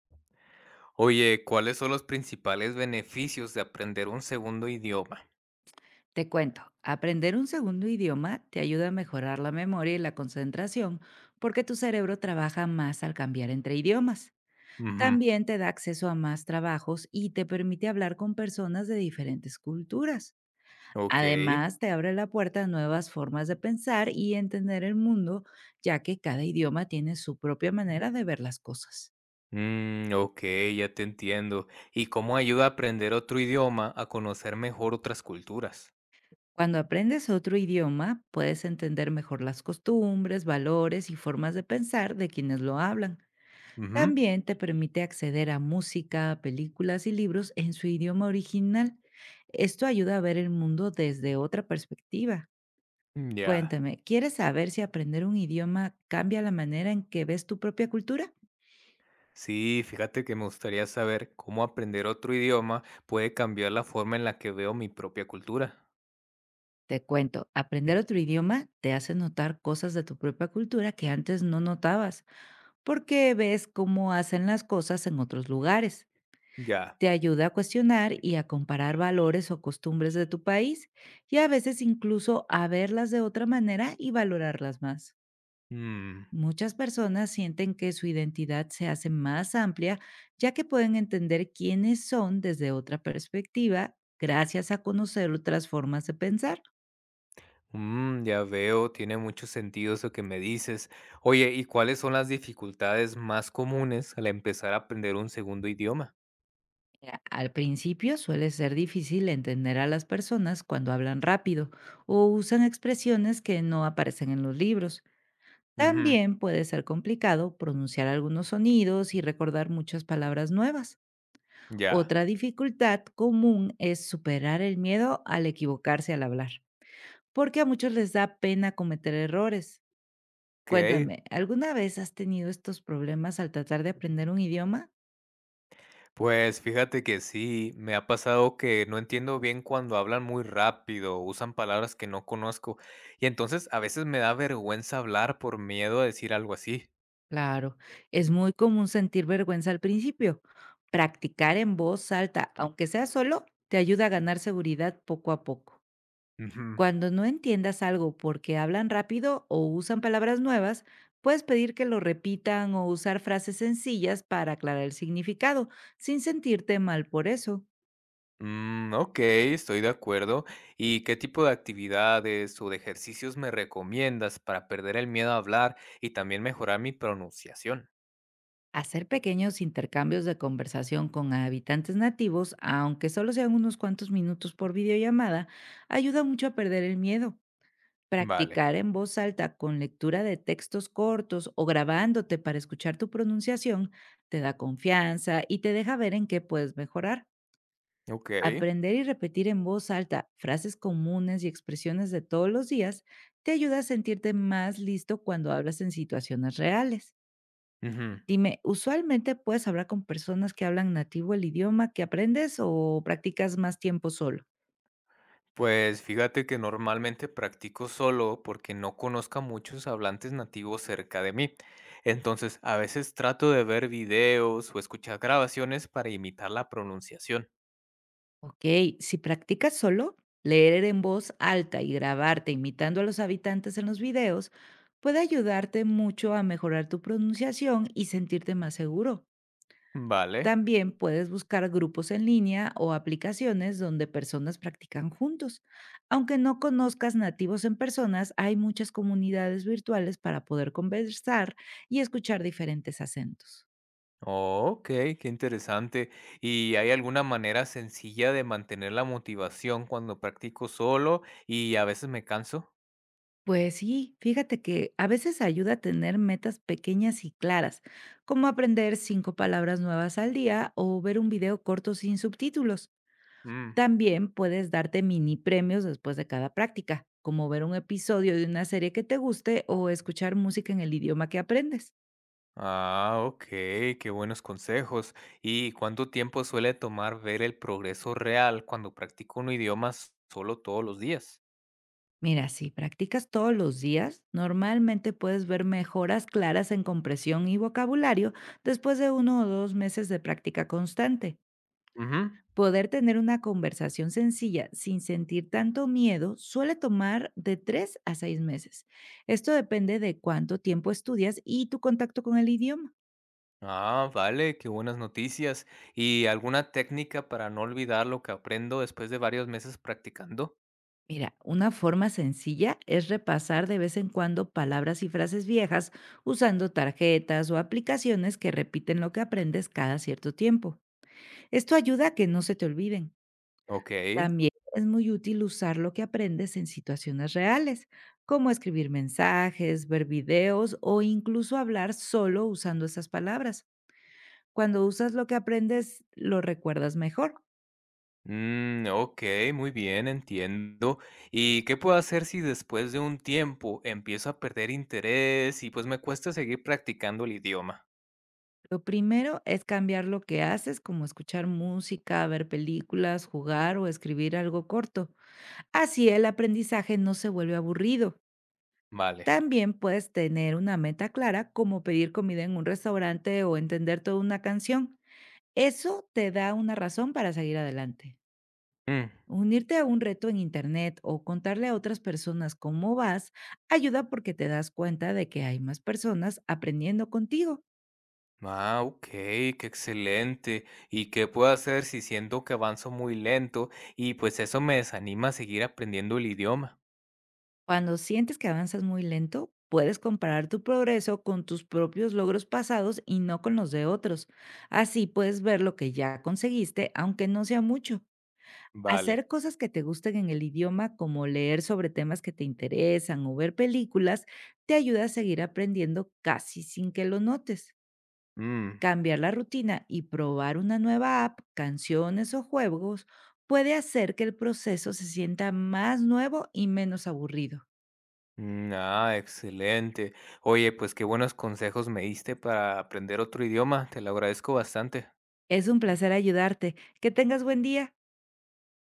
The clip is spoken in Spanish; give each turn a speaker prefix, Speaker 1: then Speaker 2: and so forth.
Speaker 1: Oye, ¿cuáles son los principales beneficios de aprender un segundo idioma?
Speaker 2: Te cuento, aprender un segundo idioma te ayuda a mejorar la memoria y la concentración porque tu cerebro trabaja más al cambiar entre idiomas.
Speaker 1: Ujú.
Speaker 2: También te da acceso a más trabajos y te permite hablar con personas de diferentes culturas.
Speaker 1: Ok.
Speaker 2: Además, te abre la puerta a nuevas formas de pensar y entender el mundo, ya que cada idioma tiene su propia manera de ver las cosas.
Speaker 1: Mm, ok, ya te entiendo. ¿Y cómo ayuda a aprender otro idioma a conocer mejor otras culturas?
Speaker 2: Cuando aprendes otro idioma, puedes entender mejor las costumbres, valores y formas de pensar de quienes lo hablan.
Speaker 1: Ujú,
Speaker 2: También te permite acceder a música, películas y libros en su idioma original. Esto ayuda a ver el mundo desde otra perspectiva.
Speaker 1: mm, ya.
Speaker 2: Cuéntame, ¿quieres saber si aprender un idioma cambia la manera en que ves tu propia cultura?
Speaker 1: Sí, fíjate que me gustaría saber cómo aprender otro idioma puede cambiar la forma en la que veo mi propia cultura.
Speaker 2: Te cuento, aprender otro idioma te hace notar cosas de tu propia cultura que antes no notabas, porque ves cómo hacen las cosas en otros lugares.
Speaker 1: Ya.
Speaker 2: Te ayuda a cuestionar y a comparar valores o costumbres de tu país y a veces incluso a verlas de otra manera y valorarlas más.
Speaker 1: Mm.
Speaker 2: Muchas personas sienten que su identidad se hace más amplia ya que pueden entender quiénes son desde otra perspectiva gracias a conocer otras formas de pensar.
Speaker 1: Mm, ya veo, tiene mucho sentido eso que me dices. Oye, ¿y cuáles son las dificultades más comunes al empezar a aprender un segundo idioma?
Speaker 2: Mira, al principio suele ser difícil entender a las personas cuando hablan rápido o usan expresiones que no aparecen en los libros.
Speaker 1: Ujú,
Speaker 2: También puede ser complicado pronunciar algunos sonidos y recordar muchas palabras nuevas.
Speaker 1: ya,
Speaker 2: Otra dificultad común es superar el miedo al equivocarse al hablar, porque a muchos les da pena cometer errores.
Speaker 1: ok.
Speaker 2: Cuéntame, ¿alguna vez has tenido estos problemas al tratar de aprender un idioma?
Speaker 1: Pues fíjate que sí, me ha pasado que no entiendo bien cuando hablan muy rápido, usan palabras que no conozco, y entonces a veces me da vergüenza hablar por miedo a decir algo así.
Speaker 2: Claro, es muy común sentir vergüenza al principio. Practicar en voz alta, aunque sea solo, te ayuda a ganar seguridad poco a poco.
Speaker 1: Ujú.
Speaker 2: Cuando no entiendas algo porque hablan rápido o usan palabras nuevas, puedes pedir que lo repitan o usar frases sencillas para aclarar el significado, sin sentirte mal por eso.
Speaker 1: Mm, ok, estoy de acuerdo. ¿Y qué tipo de actividades o de ejercicios me recomiendas para perder el miedo a hablar y también mejorar mi pronunciación?
Speaker 2: Hacer pequeños intercambios de conversación con habitantes nativos, aunque solo sean unos cuantos minutos por videollamada, ayuda mucho a perder el miedo.
Speaker 1: Vale,
Speaker 2: Practicar en voz alta con lectura de textos cortos o grabándote para escuchar tu pronunciación te da confianza y te deja ver en qué puedes mejorar.
Speaker 1: ok.
Speaker 2: Aprender y repetir en voz alta frases comunes y expresiones de todos los días te ayuda a sentirte más listo cuando hablas en situaciones reales.
Speaker 1: Ujú.
Speaker 2: Dime, ¿usualmente puedes hablar con personas que hablan nativo el idioma que aprendes o practicas más tiempo solo?
Speaker 1: Pues fíjate que normalmente practico solo porque no conozco a muchos hablantes nativos cerca de mí. Entonces, a veces trato de ver videos o escuchar grabaciones para imitar la pronunciación.
Speaker 2: Ok, si practicas solo, leer en voz alta y grabarte imitando a los habitantes en los videos puede ayudarte mucho a mejorar tu pronunciación y sentirte más seguro.
Speaker 1: Vale.
Speaker 2: También puedes buscar grupos en línea o aplicaciones donde personas practican juntos. Aunque no conozcas nativos en personas, hay muchas comunidades virtuales para poder conversar y escuchar diferentes acentos.
Speaker 1: Ok, qué interesante. ¿Y hay alguna manera sencilla de mantener la motivación cuando practico solo y a veces me canso?
Speaker 2: Pues sí, fíjate que a veces ayuda a tener metas pequeñas y claras, como aprender cinco palabras nuevas al día o ver un video corto sin subtítulos.
Speaker 1: Mm.
Speaker 2: También puedes darte mini premios después de cada práctica, como ver un episodio de una serie que te guste o escuchar música en el idioma que aprendes.
Speaker 1: Ah, ok, qué buenos consejos. ¿Y cuánto tiempo suele tomar ver el progreso real cuando practico un idioma solo todos los días?
Speaker 2: Mira, si practicas todos los días, normalmente puedes ver mejoras claras en compresión y vocabulario después de 1 o 2 meses de práctica constante.
Speaker 1: Ujú.
Speaker 2: Poder tener una conversación sencilla sin sentir tanto miedo suele tomar de 3 a 6 meses. Esto depende de cuánto tiempo estudias y tu contacto con el idioma.
Speaker 1: Ah, vale, qué buenas noticias. ¿Y alguna técnica para no olvidar lo que aprendo después de varios meses practicando?
Speaker 2: Mira, una forma sencilla es repasar de vez en cuando palabras y frases viejas usando tarjetas o aplicaciones que repiten lo que aprendes cada cierto tiempo. Esto ayuda a que no se te olviden.
Speaker 1: Ok.
Speaker 2: También es muy útil usar lo que aprendes en situaciones reales, como escribir mensajes, ver videos o incluso hablar solo usando esas palabras. Cuando usas lo que aprendes, lo recuerdas mejor.
Speaker 1: Mm, ok, muy bien, entiendo. ¿Y qué puedo hacer si después de un tiempo empiezo a perder interés y pues me cuesta seguir practicando el idioma?
Speaker 2: Lo primero es cambiar lo que haces, como escuchar música, ver películas, jugar o escribir algo corto. Así el aprendizaje no se vuelve aburrido.
Speaker 1: Vale.
Speaker 2: También puedes tener una meta clara, como pedir comida en un restaurante o entender toda una canción. Eso te da una razón para seguir adelante.
Speaker 1: Mm.
Speaker 2: Unirte a un reto en internet o contarle a otras personas cómo vas ayuda porque te das cuenta de que hay más personas aprendiendo contigo.
Speaker 1: Ah, ok, qué excelente. ¿Y qué puedo hacer si siento que avanzo muy lento y pues eso me desanima a seguir aprendiendo el idioma?
Speaker 2: Cuando sientes que avanzas muy lento, puedes comparar tu progreso con tus propios logros pasados y no con los de otros. Así puedes ver lo que ya conseguiste, aunque no sea mucho.
Speaker 1: Vale.
Speaker 2: Hacer cosas que te gusten en el idioma, como leer sobre temas que te interesan o ver películas, te ayuda a seguir aprendiendo casi sin que lo notes.
Speaker 1: Mm,
Speaker 2: Cambiar la rutina y probar una nueva app, canciones o juegos puede hacer que el proceso se sienta más nuevo y menos aburrido.
Speaker 1: mm, ah, excelente. Oye, pues qué buenos consejos me diste para aprender otro idioma. Te lo agradezco bastante.
Speaker 2: Es un placer ayudarte. Que tengas buen día.